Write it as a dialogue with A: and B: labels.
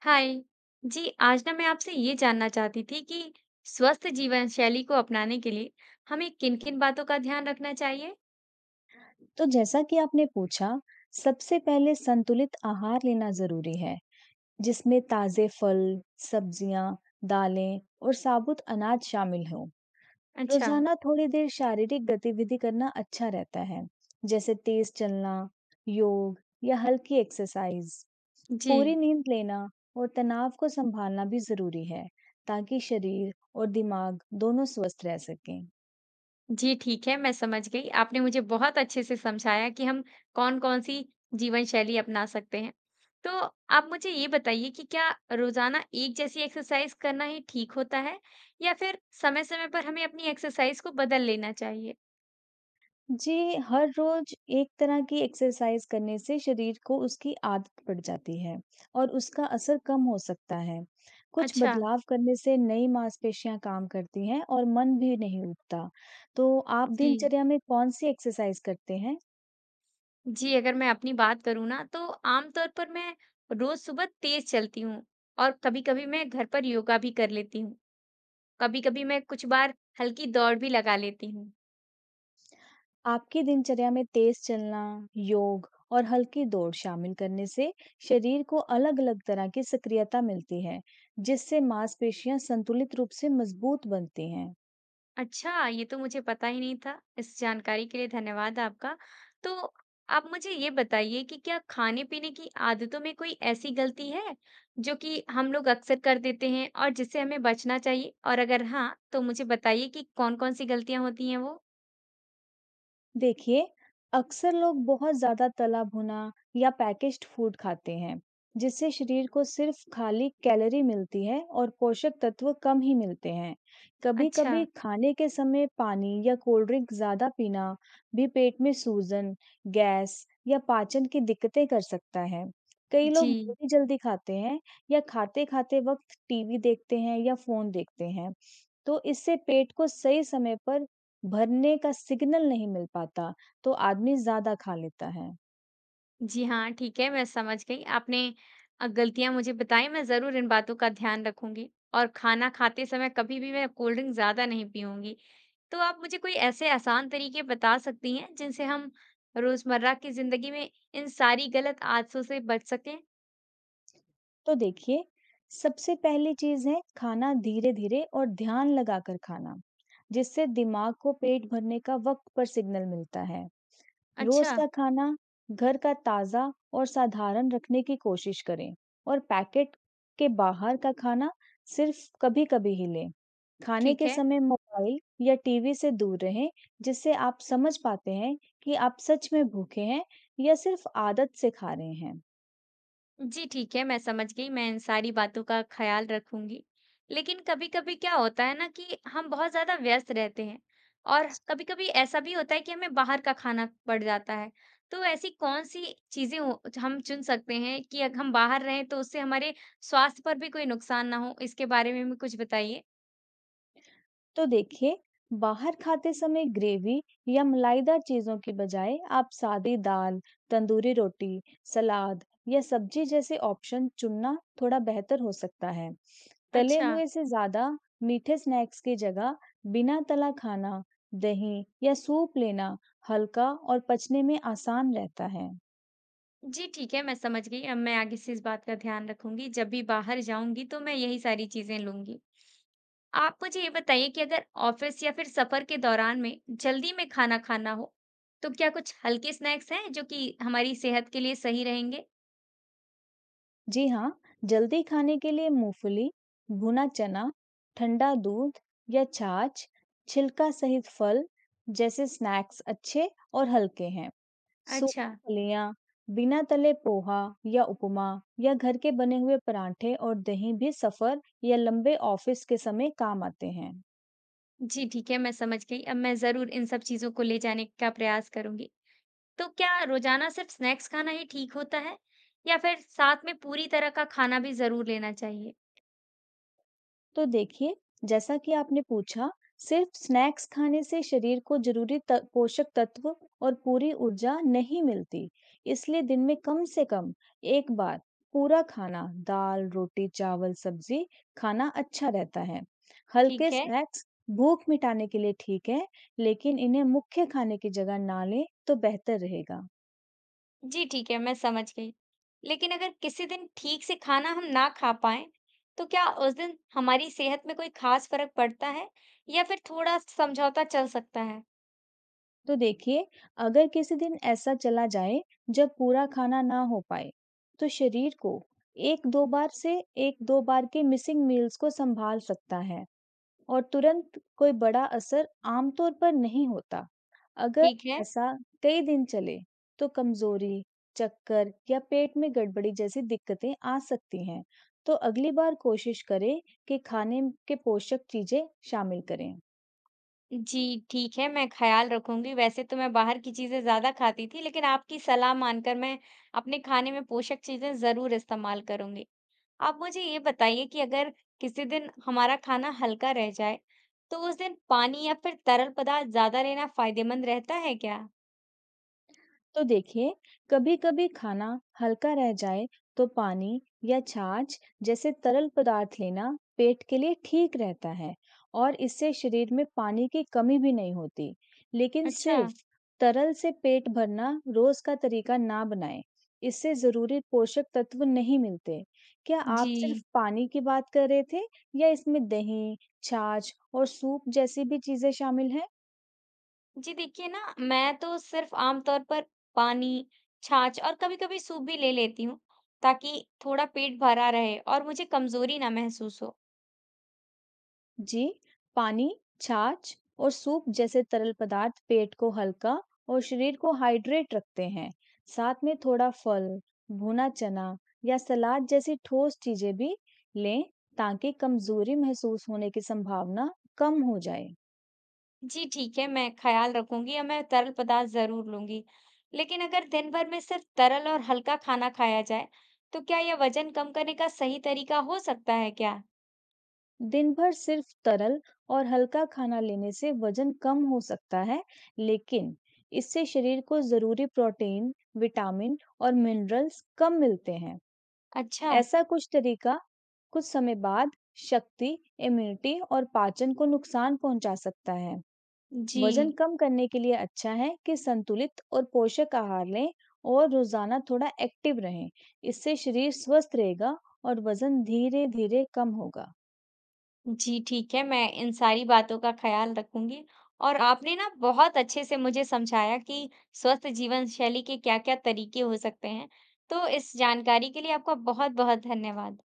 A: हाय जी। आज ना मैं आपसे ये जानना चाहती थी कि स्वस्थ जीवन शैली को अपनाने के लिए हमें किन-किन बातों का ध्यान रखना चाहिए?
B: तो जैसा कि आपने पूछा, सबसे पहले संतुलित आहार लेना जरूरी है, जिसमें ताजे फल, सब्जियां, दालें और साबुत अनाज शामिल हो।
A: अच्छा।
B: रोजाना थोड़ी देर शारीरिक गतिविधि करना अच्छा रहता है, जैसे तेज चलना, योग या हल्की एक्सरसाइज।
A: जी।
B: पूरी नींद लेना और तनाव को संभालना भी जरूरी है, ताकि शरीर और दिमाग दोनों स्वस्थ रह सकें।
A: जी ठीक है, मैं समझ गई। आपने मुझे बहुत अच्छे से समझाया कि हम कौन-कौन सी जीवन शैली अपना सकते हैं। तो आप मुझे ये बताइए कि क्या रोजाना एक जैसी एक्सरसाइज करना ही ठीक होता है या फिर समय-समय पर हमें अपनी एक्सरसाइज को बदल लेना चाहिए?
B: जी, हर रोज़ एक तरह की एक्सरसाइज़ करने से शरीर को उसकी आदत पड़ जाती है और उसका असर कम हो सकता है। कुछ
A: अच्छा।
B: बदलाव करने से नई मांसपेशियां काम करती हैं और मन भी नहीं उबता। तो आप
A: जी।
B: दिनचर्या में कौन-सी एक्सरसाइज़ करते हैं?
A: जी, अगर मैं अपनी बात करूँ ना, तो आमतौर पर मैं रोज़ सुबह तेज़ चलती हूँ और कभी-कभी मैं घर पर योगा भी कर लेती हूँ। कभी-कभी मैं कुछ बार हल्की दौड़ भी लगा लेती हूँ।
B: आपकी दिनचर्या में तेज़ चलना, योग और हल्की दौड़ शामिल करने से शरीर को अलग-अलग तरह की सक्रियता मिलती है, जिससे मांसपेशियां संतुलित रूप से मजबूत बनती हैं।
A: अच्छा, ये तो मुझे पता ही नहीं था। इस जानकारी के लिए धन्यवाद आपका। तो आप मुझे ये बताइए कि क्या खाने-पीने की आदतों में कोई ऐसी गलती है, जो कि हम लोग अक्सर कर देते हैं और जिससे हमें बचना चाहिए? और अगर हाँ, तो मुझे बताइए कि कौन-कौन सी गलतियाँ होती हैं वो?
B: देखिए, अक्सर लोग बहुत ज़्यादा तला भुना या पैकेज्ड फूड खाते हैं, जिससे शरीर को सिर्फ खाली कैलोरी मिलती है और पोषक तत्व कम ही मिलते हैं।
A: अच्छा।
B: कभी-कभी खाने के समय पानी या कोल्ड ड्रिंक ज़्यादा पीना भी पेट में सूजन, गैस या पाचन की दिक्कतें कर सकता है। कई लोग
A: जी।
B: बहुत जल्दी खाते हैं या खाते-खाते वक्त टीवी देखते हैं या फ़ोन देखते हैं। तो इससे पेट को सही समय पर भरने का सिग्नल नहीं मिल पाता, तो आदमी ज़्यादा खा लेता है।
A: जी हाँ, ठीक है, मैं समझ गई। आपने गलतियाँ मुझे बताई, मैं ज़रूर इन बातों का ध्यान रखूँगी और खाना खाते समय कभी भी मैं कोल्ड ड्रिंक ज़्यादा नहीं पीऊँगी। तो आप मुझे कोई ऐसे आसान तरीके बता सकती हैं, जिनसे हम रोज़मर्रा की ज़िंदगी में इन सारी गलत आदतों से बच सकें?
B: तो देखिए, सबसे पहली चीज़ है खाना धीरे-धीरे और ध्यान लगाकर खाना, जिससे दिमाग को पेट भरने का वक्त पर सिग्नल मिलता है। रोज
A: अच्छा।
B: का खाना घर का ताजा और साधारण रखने की कोशिश करें और पैकेट के बाहर का खाना सिर्फ कभी-कभी ही लें। खाने
A: ठीक
B: के
A: है।
B: समय मोबाइल या टीवी से दूर रहें, जिससे आप समझ पाते हैं कि आप सच में भूखे हैं या सिर्फ आदत से खा रहे हैं।
A: जी ठीक है, मैं समझ गई। मैं इन सारी बातों का ख्याल रखूंगी। लेकिन कभी-कभी क्या होता है ना, कि हम बहुत ज़्यादा व्यस्त रहते हैं और कभी-कभी ऐसा भी होता है कि हमें बाहर का खाना पड़ जाता है। तो ऐसी कौन सी चीज़ें हो, हम चुन सकते हैं कि अगर हम बाहर रहें तो उससे हमारे स्वास्थ्य पर भी कोई नुकसान ना हो? इसके बारे में भी कुछ बताइए।
B: तो देखिए, बाहर खाते समय ग्रेवी या मलाईदार चीज़ों की बजाय आप सादी दाल, तंदूरी रोटी, सलाद या सब्जी जैसे ऑप्शन चुनना थोड़ा बेहतर हो सकता है। तले
A: अच्छा।
B: हुए से ज़्यादा मीठे स्नैक्स की जगह बिना तला खाना, दही या सूप लेना हल्का और पचने में आसान रहता है।
A: जी ठीक है, मैं समझ गई। अब मैं आगे से इस बात का ध्यान रखूंगी। जब भी बाहर जाऊंगी तो मैं यही सारी चीज़ें लूंगी। आप मुझे ये बताइए कि अगर ऑफिस या फिर सफर के दौरान में जल्दी में खाना खाना हो, तो क्या कुछ हल्के स्नैक्स हैं जो कि हमारी सेहत के लिए सही रहेंगे?
B: जी हाँ, जल्दी खाने के लिए मूंगफली, भुना चना, ठंडा दूध या छाछ, छिलका सहित फल जैसे स्नैक्स अच्छे और हल्के हैं।
A: अच्छा।
B: सूखी फलियां, बिना तले पोहा या उपमा या घर के बने हुए परांठे और दही भी सफर या लंबे ऑफिस के समय काम आते हैं।
A: जी ठीक है, मैं समझ गई। अब मैं ज़रूर इन सब चीज़ों को ले जाने का प्रयास करूंगी। तो क्या रोजाना सिर्फ स्नैक्स खाना ही ठीक होता है या फिर साथ में पूरी तरह का खाना भी ज़रूर लेना चाहिए?
B: तो देखिए, जैसा कि आपने पूछा, सिर्फ स्नैक्स खाने से शरीर को जरूरी त पोषक तत्व और पूरी ऊर्जा नहीं मिलती। इसलिए दिन में कम से कम एक बार पूरा खाना दाल, रोटी, चावल, सब्जी खाना अच्छा रहता है। हल्के
A: ठीक है।
B: स्नैक्स भूख मिटाने के लिए ठीक है, लेकिन इन्हें मुख्य खाने की जगह ना लें तो बेहतर रहेगा।
A: जी ठीक है, मैं समझ गई। लेकिन अगर किसी दिन ठीक से खाना हम ना खा पाएं, तो क्या उस दिन हमारी सेहत में कोई खास फर्क पड़ता है या फिर थोड़ा समझौता चल सकता है?
B: तो देखिए, अगर किसी दिन ऐसा चला जाए जब पूरा खाना ना हो पाए, तो शरीर को 1-2 बार से 1-2 बार के मिसिंग मील्स को सँभाल सकता है और तुरंत कोई बड़ा असर आमतौर पर नहीं होता। अगर
A: ठीक है।
B: ऐसा कई दिन चले, तो कमज़ोरी, चक्कर या पेट में गड़बड़ी जैसी दिक्कतें आ सकती हैं। तो अगली बार कोशिश करें कि खाने के पोषक चीज़ें शामिल करें।
A: जी, ठीक है, मैं ख्याल रखूंगी। वैसे तो मैं बाहर की चीजें ज्यादा खाती थी, लेकिन आपकी सलाह मानकर मैं अपने खाने में पोषक चीजें जरूर इस्तेमाल करूंगी। आप मुझे ये बताइए कि अगर किसी दिन हमारा खाना हल्का रह जाए, तो उस दिन पानी या फिर तरल पदार्थ ज्यादा लेना फायदेमंद रहता है क्या?
B: तो देखिए, कभी-कभी खाना हल्का रह जाए तो पानी या छाछ जैसे तरल पदार्थ लेना पेट के लिए ठीक रहता है और इससे शरीर में पानी की कमी भी नहीं होती। लेकिन
A: अच्छा।
B: सिर्फ तरल से पेट भरना रोज का तरीका ना बनाएं। इससे जरूरी पोषक तत्व नहीं मिलते। क्या आप
A: जी।
B: सिर्फ पानी की बात कर रहे थे या इसमें दही, छाछ और सूप जैसी भी चीजें शामिल हैं?
A: जी, देखिए ना, मैं तो सिर्फ़ आम तौर पर पानी, छाछ और कभी-कभी सूप भी ले लेती हूँ, ताकि थोड़ा पेट भरा रहे और मुझे कमज़ोरी ना महसूस हो।
B: जी, पानी, छाछ और सूप जैसे तरल पदार्थ पेट को हल्का और शरीर को हाइड्रेट रखते हैं। साथ में थोड़ा फल, भुना चना या सलाद जैसी ठोस चीजें भी लें, ताकि कमजोरी महसूस होने की संभावना कम हो जाए।
A: जी, ठीक है, मैं ख़्याल रखूँगी और मैं तरल पदार्थ ज़रूर लूँगी। लेकिन अगर दिन भर में सिर्फ़ तरल और हल्का खाना खाया जाए, तो क्या यह वज़न कम करने का सही तरीका हो सकता है क्या?
B: दिन भर सिर्फ तरल और हल्का खाना लेने से वजन कम हो सकता है, लेकिन इससे शरीर को जरूरी प्रोटीन, विटामिन और मिनरल्स कम मिलते हैं।
A: अच्छा।
B: ऐसा कुछ तरीका कुछ समय बाद शक्ति, इम्यूनिटी और पाचन को नुकसान पहुंचा सकता है।
A: जी।
B: वजन कम करने के लिए अच्छा है कि संतुलित और पोषक आहार लें और रोजाना थोड़ा एक्टिव रहें। इससे शरीर स्वस्थ रहेगा और वजन धीरे धीरे कम होगा।
A: जी, ठीक है, मैं इन सारी बातों का ख़्याल रखूँगी और आपने ना बहुत अच्छे से मुझे समझाया कि स्वस्थ जीवन शैली के क्या-क्या तरीके हो सकते हैं। तो इस जानकारी के लिए आपका बहुत-बहुत धन्यवाद।